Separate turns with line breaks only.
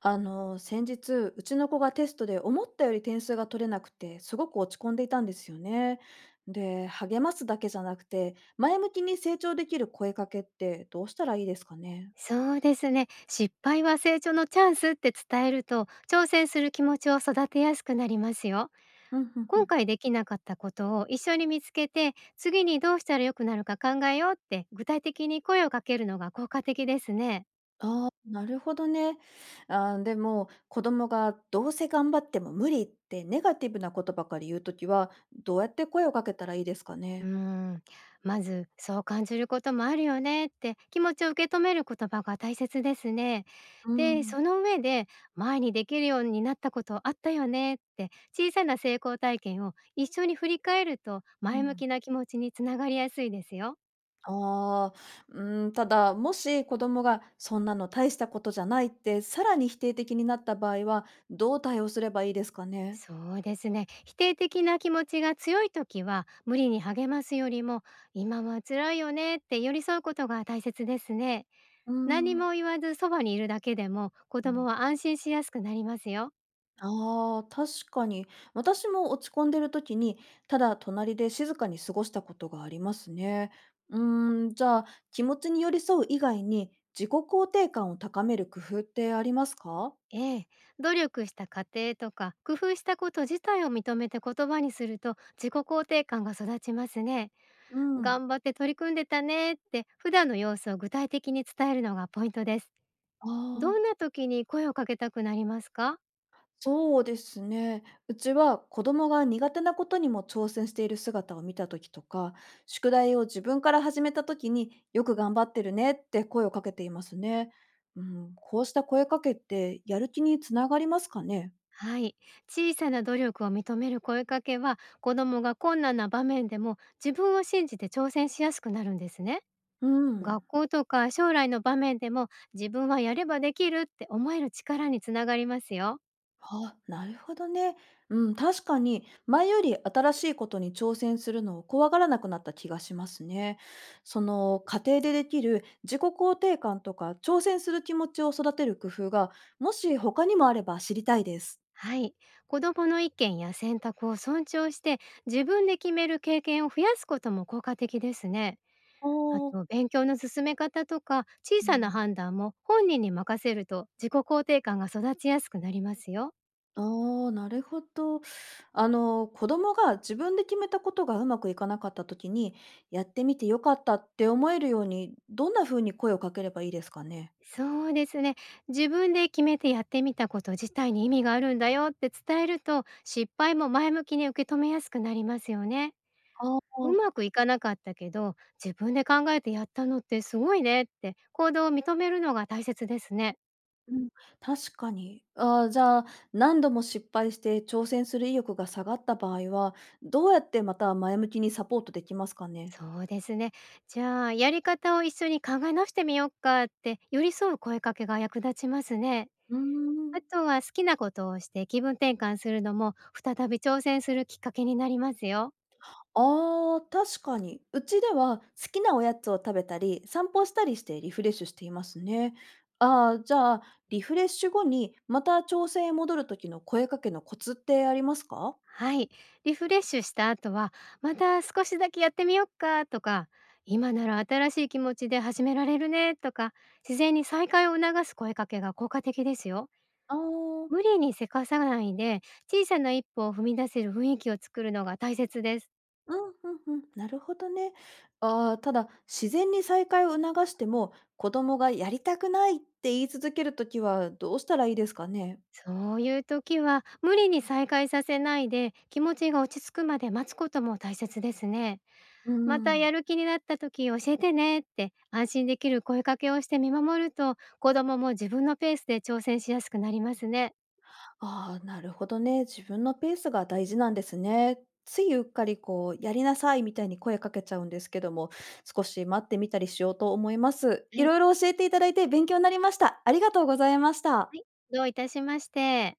先日、うちの子がテストで思ったより点数が取れなくて、すごく落ち込んでいたんですよね。で、励ますだけじゃなくて、前向きに成長できる声かけってどうしたらいいですかね。
そうですね。失敗は成長のチャンスって伝えると、挑戦する気持ちを育てやすくなりますよ。
うんうんう
今
ん。
回できなかったことを一緒に見つけて、次にどうしたら良くなるか考えようって具体的に声をかけるのが効果的ですね。
ああ、なるほどね。あーでも、子供がどうせ頑張っても無理ってネガティブなことばかり言うときは、どうやって声をかけたらいいですか
うー
ね。
ん、まず「そう感じることもあるよね」って気持ちを受け止める言葉が大切ですね。
う
で、
ん。
その上で「前にできるようになったことあったよね」って小さな成功体験を一緒に振り返ると
う
前向
ん
きな気持ちにつながりやすいですよ。
ああ、うただ、もし子供がそんなの大したことじゃないってさらに否定的になった場合は、どう対応すればいいですかね？
そうですね。否定的な気持ちが強い時は無理に励ますよりも「今は辛いよね」って寄り添うことが大切ですね。
うー
何
ん。
も言わずそばにいるだけでも子供は
ん。
安心しやすくなりますよ。
ああ、確かに。私も落ち込んでる時に、ただ隣で静かに過ごしたことがありますね。じゃあ、気持ちに寄り添う以外に、自己肯定感を高める工夫ってありますか？
ええ、努力した過程とか工夫したこと自体を認めて言葉にすると自己肯定感が育ちますね。
うん。
頑張って取り組んでたねって普段の様子を具体的に伝えるのがポイントです。
あ
どんな
あ。
時に声をかけたくなりますか？
そうですね。うちは子供が苦手なことにも挑戦している姿を見た時とか、宿題を自分から始めた時によく頑張ってるねって声をかけていますね。うん、こうした声かけってやる気につながりますかね。
はい。小さな努力を認める声かけは子供が困難な場面でも自分を信じて挑戦しやすくなるんですね。
う
学
ん。
校とか将来の場面でも自分はやればできるって思える力につながりますよ。
あ、なるほどね。うん、確かに前より新しいことに挑戦するのを怖がらなくなった気がしますね。その家庭でできる自己肯定感とか挑戦する気持ちを育てる工夫がもし他にもあれば知りたいです。
はい。子供の意見や選択を尊重して自分で決める経験を増やすことも効果的ですね。
お
あ
ー。
と、勉強の進め方とか小
う
さな
ん、
判断も本人に任せると自己肯定感が育ちやすくなりますよ。
ああ、なるほど。子供が自分で決めたことがうまくいかなかった時に、やってみてよかったって思えるように、どんな風に声をかければいいですかね。
そうですね。自分で決めてやってみたこと自体に意味があるんだよって伝えると、失敗も前向きに受け止めやすくなりますよね。
あ
う
ー。
まくいかなかったけど、自分で考えてやったのってすごいねって行動を認めるのが大切ですね。
うん、確かに。ああ、じゃあ、何度も失敗して挑戦する意欲が下がった場合は、どうやってまた前向きにサポートできますかね？
そうですね。じゃあ、やり方を一緒に考え直してみようかって寄り添う声かけが役立ちますね。
うー
あ
ん。
とは、好きなことをして気分転換するのも再び挑戦するきっかけになりますよ。
ああ、確かに。うちでは好きなおやつを食べたり、散歩したりしてリフレッシュしていますね。ああ、じゃあ、リフレッシュ後にまた挑戦へ戻る時の声かけのコツってありますか？
はい、リフレッシュした後は、また少しだけやってみよっかとか、今なら新しい気持ちで始められるねとか、自然に再開を促す声かけが効果的ですよ。
あ
無
あ。
理にせかさないで、小さな一歩を踏み出せる雰囲気を作るのが大切です。
うんうんうん、なるほどね。ああ、ただ、自然に再会を促しても、子供がやりたくないって言い続けるときはどうしたらいいですかね？
そういう時は、無理に再開させないで、気持ちが落ち着くまで待つことも大切ですね。
う
またや
ん。
る気になった時教えてねって安心できる声かけをして見守ると、子供も自分のペースで挑戦しやすくなりますね。
ああ、なるほどね。自分のペースが大事なんですね。ついうっかりこう、やりなさいみたいに声かけちゃうんですけども、少し待ってみたりしようと思います。
は
い
い。
ろいろ教えていただいて勉強になりました。ありがとうございまし
は
た。
い、どういたしまして。